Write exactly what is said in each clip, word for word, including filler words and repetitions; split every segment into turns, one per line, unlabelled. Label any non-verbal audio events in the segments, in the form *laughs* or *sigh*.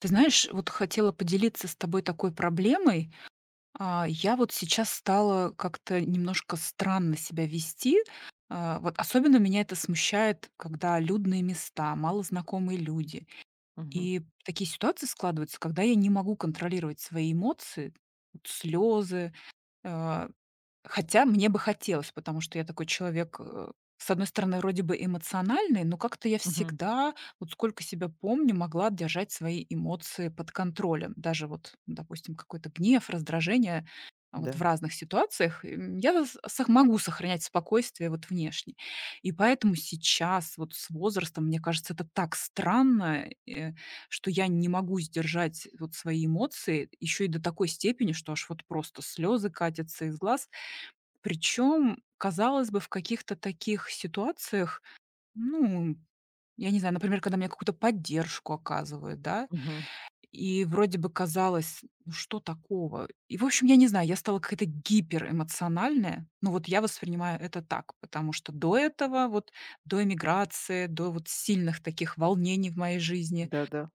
Ты знаешь, вот хотела поделиться с тобой такой проблемой. А, я вот сейчас стала как-то немножко странно себя вести. А, вот особенно меня это смущает, когда людные места, малознакомые люди.
Мгм.
И такие ситуации складываются, когда я не могу контролировать свои эмоции, вот слезы, а, хотя мне бы хотелось, потому что я такой человек, э, с одной стороны, вроде бы эмоциональный, но как-то я
Мгм.
всегда, вот сколько себя помню, могла держать свои эмоции под контролем. Даже вот, допустим, какой-то гнев, раздражение а, вот в
Да.
разных ситуациях, м, я с- сох- могу сохранять спокойствие вот внешне. И поэтому сейчас вот с возрастом, мне кажется, это так странно, э, что я не могу сдержать вот свои эмоции еще и до такой степени, что аж вот просто слезы катятся из глаз, причем, казалось бы, в каких-то таких ситуациях, ну, я не знаю, например, когда мне какую-то поддержку оказывают, да,
Мгм.
и вроде бы казалось, ну что такого? И, в общем, я не знаю, я стала какая-то гиперэмоциональная. Ну, вот я воспринимаю это так, потому что до этого, вот до эмиграции, до вот сильных таких волнений в моей жизни,
Да-да.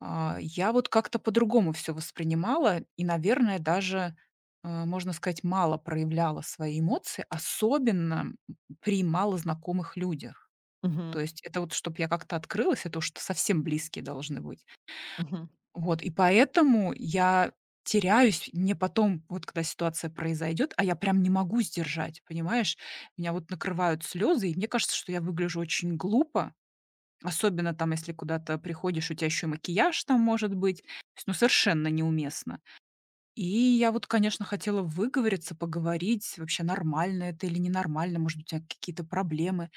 а, я вот как-то по-другому все воспринимала и, наверное, даже, э, можно сказать, мало проявляла свои эмоции, особенно при малознакомых людях. То
Мгм.
есть это вот, чтобы я как-то открылась, это уж совсем близкие должны быть.
Мгм.
Вот, и поэтому я теряюсь, мне потом, вот когда ситуация произойдет, а я прям не могу сдержать, понимаешь? Меня вот накрывают слезы, и мне кажется, что я выгляжу очень глупо. Особенно там, если куда-то приходишь, у тебя еще и макияж там может быть. То есть, ну, совершенно неуместно. И я вот, конечно, хотела выговориться, поговорить, вообще нормально это или ненормально, может, у тя какие-то проблемы.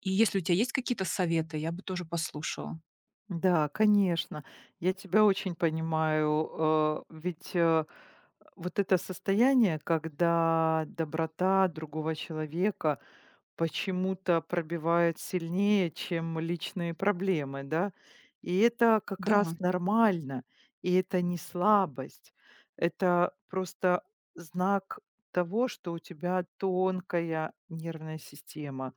И если у тебя есть какие-то советы, я бы тоже послушала.
Да, конечно. Я тебя очень понимаю. Э, ведь, э, вот это состояние, когда доброта другого человека почему-то пробивает сильнее, чем личные проблемы, да. И это как
Да,
раз нормально, и это не слабость. Это просто знак того, что у тебя тонкая нервная система.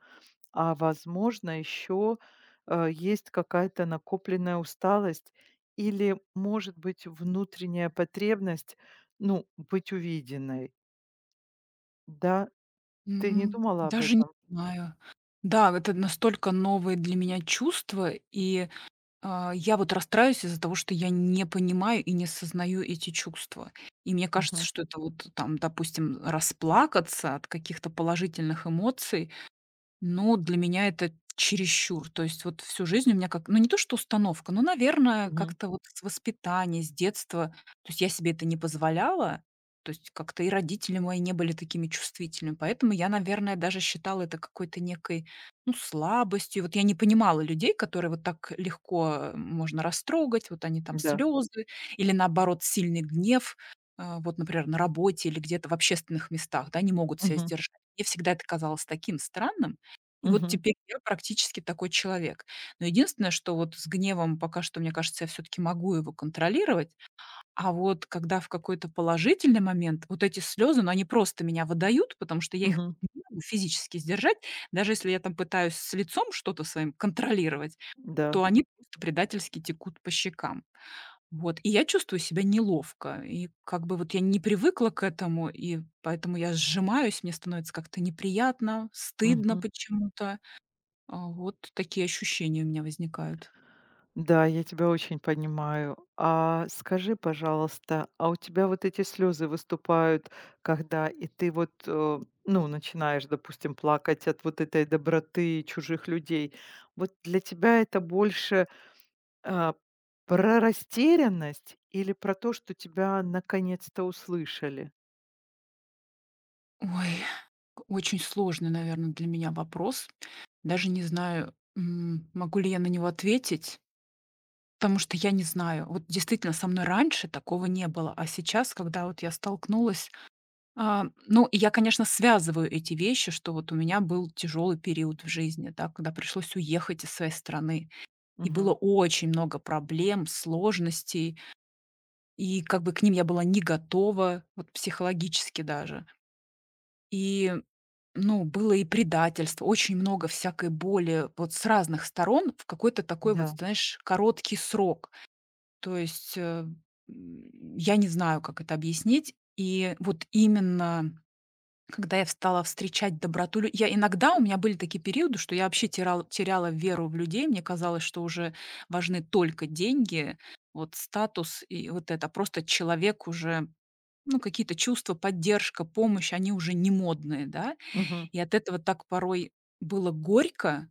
А возможно, еще, э, есть какая-то накопленная усталость или, может быть, внутренняя потребность, ну, быть увиденной. Да, ты не
м,
думала об
даже не
этом?
знаю. Да, это настолько новые для меня чувства, и А, я вот расстраиваюсь из-за того, что я не понимаю и не сознаю эти чувства. И мне кажется,
Мгм,
что это вот там, допустим, расплакаться от каких-то положительных эмоций, ну, для меня это чересчур. То есть вот всю жизнь у меня как ну, не то что установка, но, наверное,
мгм,
как-то вот с воспитания, с детства. То есть я себе это не позволяла. То есть как-то и родители мои не были такими чувствительными. Поэтому я, наверное, даже считала это какой-то некой, ну, слабостью. Вот я не понимала людей, которые вот так легко, э, можно растрогать. Вот они там
да,
слезы или, наоборот, сильный гнев, э, вот, например, на работе или где-то в общественных местах, да, не могут себя
мгм,
сдержать. Мне всегда это казалось таким странным. И вот
мгм,
теперь я практически такой человек. Но единственное, что вот с гневом пока что, мне кажется, я все таки могу его контролировать. А вот когда в какой-то положительный момент вот эти слезы, ну, они просто меня выдают, потому что я их
мгм,
не могу физически сдержать. Даже если я там пытаюсь с лицом что-то своим контролировать,
да,
то они просто предательски текут по щекам. Вот. И я чувствую себя неловко. И как бы вот я не привыкла к этому, и поэтому я сжимаюсь, мне становится как-то неприятно, стыдно почему-то. А, вот такие ощущения у меня возникают.
Да, я тебя очень понимаю. А скажи, пожалуйста, а у тебя вот эти слезы выступают, когда и ты вот, э, ну, начинаешь, допустим, плакать от вот этой доброты чужих людей. Вот для тебя это больше а, про растерянность или про то, что тебя наконец-то услышали?
Ой, очень сложный, наверное, для меня вопрос. Даже не знаю, м, могу ли я на него ответить, потому что я не знаю. Вот действительно, со мной раньше такого не было, а сейчас, когда вот я столкнулась, а, ну, и я, конечно, связываю эти вещи, что вот у меня был тяжелый период в жизни, да, когда пришлось уехать из своей страны, и было
Мгм.
очень много проблем, сложностей, и как бы к ним я была не готова, вот психологически даже. И, ну, было и предательство, очень много всякой боли вот с разных сторон в какой-то такой вот,
Да.
знаешь, короткий срок. То есть, э, м, я не знаю, как это объяснить. И вот именно когда я стала встречать доброту лю я иногда у меня были такие периоды, что я вообще терал теряла веру в людей. Мне казалось, что уже важны только деньги, вот статус и вот это. Просто человек уже, ну, какие-то чувства, поддержка, помощь, они уже не модные, да.
Мгм.
И от этого так порой было горько.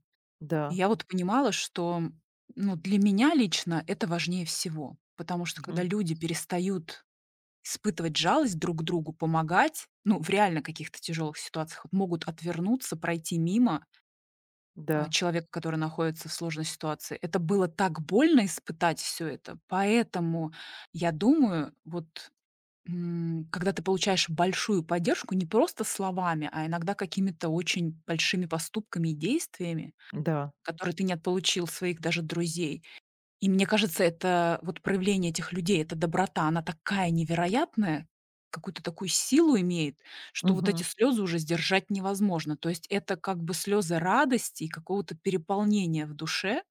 И
Да.
я вот понимала, что, ну, для меня лично это важнее всего. Потому что когда
Мгм.
люди перестают испытывать жалость друг к другу, помогать, ну, в реально каких-то тяжелых ситуациях, вот могут отвернуться, пройти мимо, а,
Да.
человека, который находится в сложной ситуации. Это было так больно испытать все это. Поэтому я думаю, вот М, когда ты получаешь большую поддержку не просто словами, а иногда какими-то очень большими поступками и действиями,
Да.
которые ты не получил своих даже друзей. И мне кажется, это вот проявление этих людей, эта доброта, она такая невероятная, какую-то такую силу имеет, что вот эти
Мгм.
слезы уже сдержать невозможно. То есть это как бы слезы радости и какого-то переполнения в душе.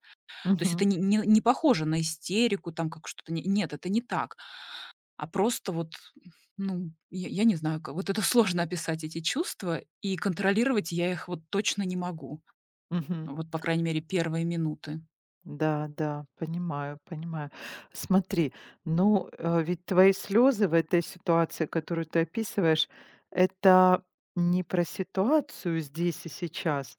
То есть это
Мгм.
не, не- не похоже на истерику, там как что-то. не- Нет, это не так, а просто вот, ну, я я не знаю, как вот это *laughs* сложно описать эти чувства, и контролировать я их вот точно не могу.
Мгм.
Вот, по крайней мере, первые минуты.
Да, да, понимаю, понимаю. Смотри, ну, э, ведь твои слезы в этой ситуации, которую ты описываешь, это не про ситуацию здесь и сейчас,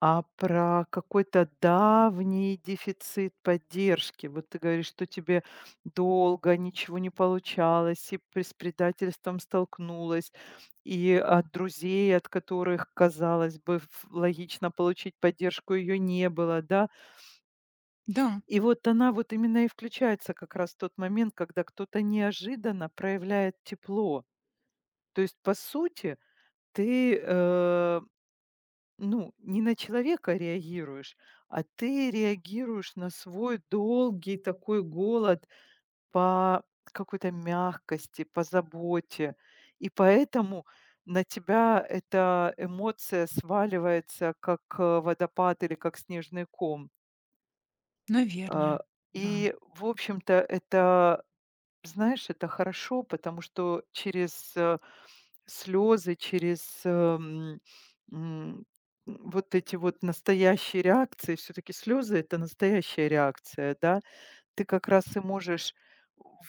а про какой-то давний дефицит поддержки. Вот ты говоришь, что тебе долго ничего не получалось, и при- с предательством столкнулась, и от друзей, от которых, казалось бы, ф- логично получить поддержку, ее не было, да?
Да,
И вот она вот именно и включается как раз в тот момент, когда кто-то неожиданно проявляет тепло. То есть, по сути, ты, э, ну, не на человека реагируешь, а ты реагируешь на свой долгий такой голод по какой-то мягкости, по заботе. И поэтому на тебя эта эмоция сваливается как э, водопад или как снежный ком. А,
наверное, да.
и, в общем-то, это Знаешь, это хорошо, потому что через, э, слезы, через, эм, м, м, вот эти вот настоящие реакции, все-таки слезы- это настоящая реакция, да, ты как раз и можешь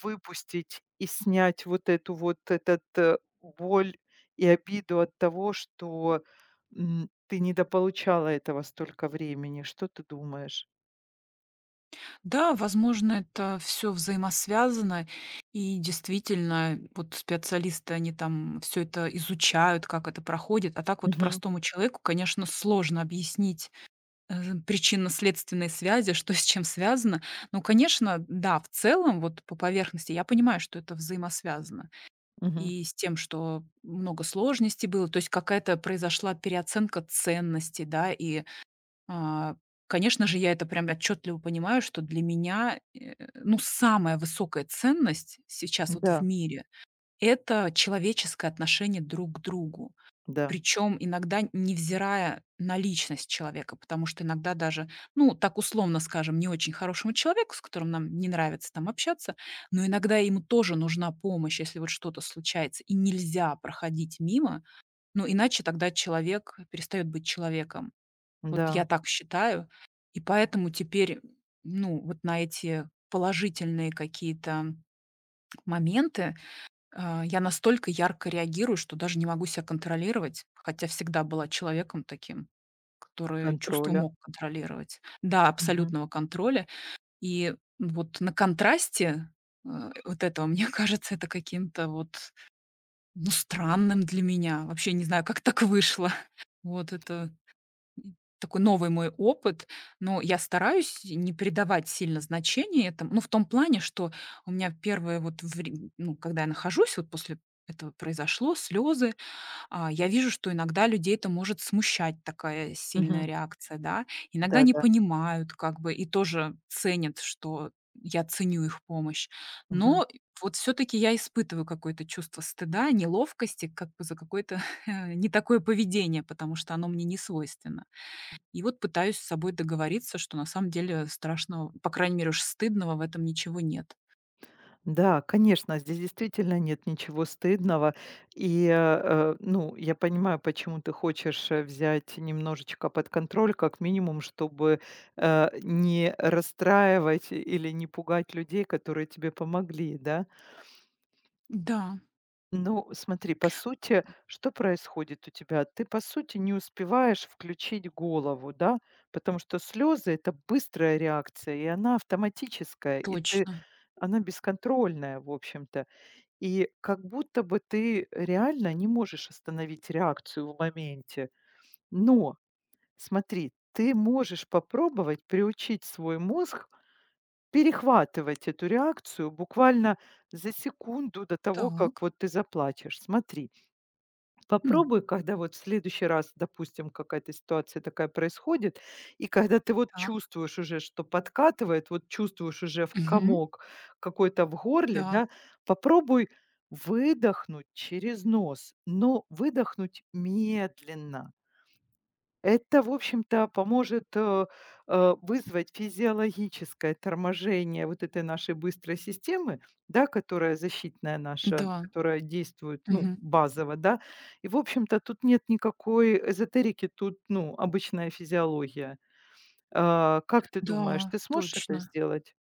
выпустить и снять вот эту вот этот, э, боль и обиду от того, что, м, ты недополучала этого столько времени. Что ты думаешь?
Да, возможно, это все взаимосвязано, и действительно, вот специалисты, они там все это изучают, как это проходит, а так вот
Мгм,
простому человеку, конечно, сложно объяснить э, причинно-следственной связи, что с чем связано. Ну, конечно, да, в целом, вот по поверхности я понимаю, что это взаимосвязано.
мгм.
И с тем, что много сложностей было, то есть какая-то произошла переоценка ценностей, да, и, а, конечно же, я это прям отчетливо понимаю, что для меня, э, ну, самая высокая ценность сейчас вот в
Да,
мире — это человеческое отношение друг к другу.
да,
Причем иногда невзирая на личность человека, потому что иногда даже, ну, так условно скажем, не очень хорошему человеку, с которым нам не нравится там общаться, но иногда ему тоже нужна помощь, если вот что-то случается, и нельзя проходить мимо, ну, иначе тогда человек перестает быть человеком. Вот я
да,
так считаю. И поэтому теперь, ну, вот на эти положительные какие-то моменты а, я настолько ярко реагирую, что даже не могу себя контролировать, хотя всегда была человеком таким, который чувства
контроля.
мог контролировать. Да, абсолютного контроля. И вот на контрасте, э, вот этого, *laughs* мне кажется, это каким-то вот, ну, странным для меня. Вообще не знаю, как так вышло. Вот это такой новый мой опыт, но я стараюсь не придавать сильно значения этому. Ну, в том плане, что у меня первое вот вре ну, когда я нахожусь, вот после этого произошло, слезы, а, я вижу, что иногда людей это может смущать, такая сильная
Мгм.
реакция, да. Иногда не
Да-да.
понимают как бы и тоже ценят, что я ценю их помощь.
Мгм.
Но вот все таки я испытываю какое-то чувство стыда, неловкости как бы за какое-то *laughs* не такое поведение, потому что оно мне не свойственно. И вот пытаюсь с собой договориться, что на самом деле страшного, по крайней мере уж стыдного в этом ничего нет.
Да, конечно, здесь действительно нет ничего стыдного. И, э, э, ну, я понимаю, почему ты хочешь, э, взять немножечко под контроль, как минимум, чтобы, э, не расстраивать или не пугать людей, которые тебе помогли, да?
Да,
Ну, смотри, по сути, что происходит у тебя? Ты, по сути, не успеваешь включить голову, да, потому что слезы это быстрая реакция, и она автоматическая, и ты
точно.
она бесконтрольная, в общем-то. И как будто бы ты реально не можешь остановить реакцию в моменте. Но, смотри, ты можешь попробовать приучить свой мозг перехватывать эту реакцию буквально за секунду до того, как
Так.
вот ты заплачешь. Смотри,
М,
Попробуй, когда вот в следующий раз, допустим, какая-то ситуация такая происходит, и когда ты вот
так.
чувствуешь уже, что подкатывает, вот чувствуешь уже в
Мгм.
комок какой-то в горле,
Да,
да, попробуй выдохнуть через нос, но выдохнуть медленно. Это, в общем-то, поможет, э, э, вызвать физиологическое торможение вот этой нашей быстрой системы, да, которая защитная наша,
да,
которая действует, ну,
мгм.
базово, да. И, в общем-то, тут нет никакой эзотерики, тут, ну, обычная физиология. А, как ты думаешь,
Да,
ты сможешь это
точно.
сделать?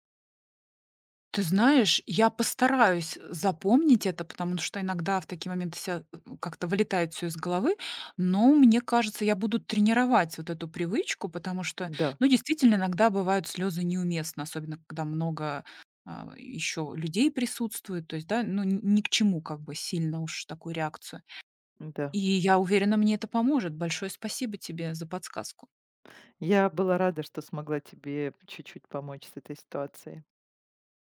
Ты знаешь, я постараюсь запомнить это, потому что иногда в такие моменты ся э, как-то вылетает все из головы, но мне кажется, я буду тренировать вот эту привычку, потому что,
Да,
ну, действительно, иногда бывают слезы неуместно, особенно когда много, а, еще людей присутствует. То есть, да, ну, н ни к чему как бы сильно уж такую реакцию. И
да.
я уверена, мне это поможет. Большое спасибо тебе за подсказку.
Я была рада, что смогла тебе чуть-чуть помочь с этой ситуацией.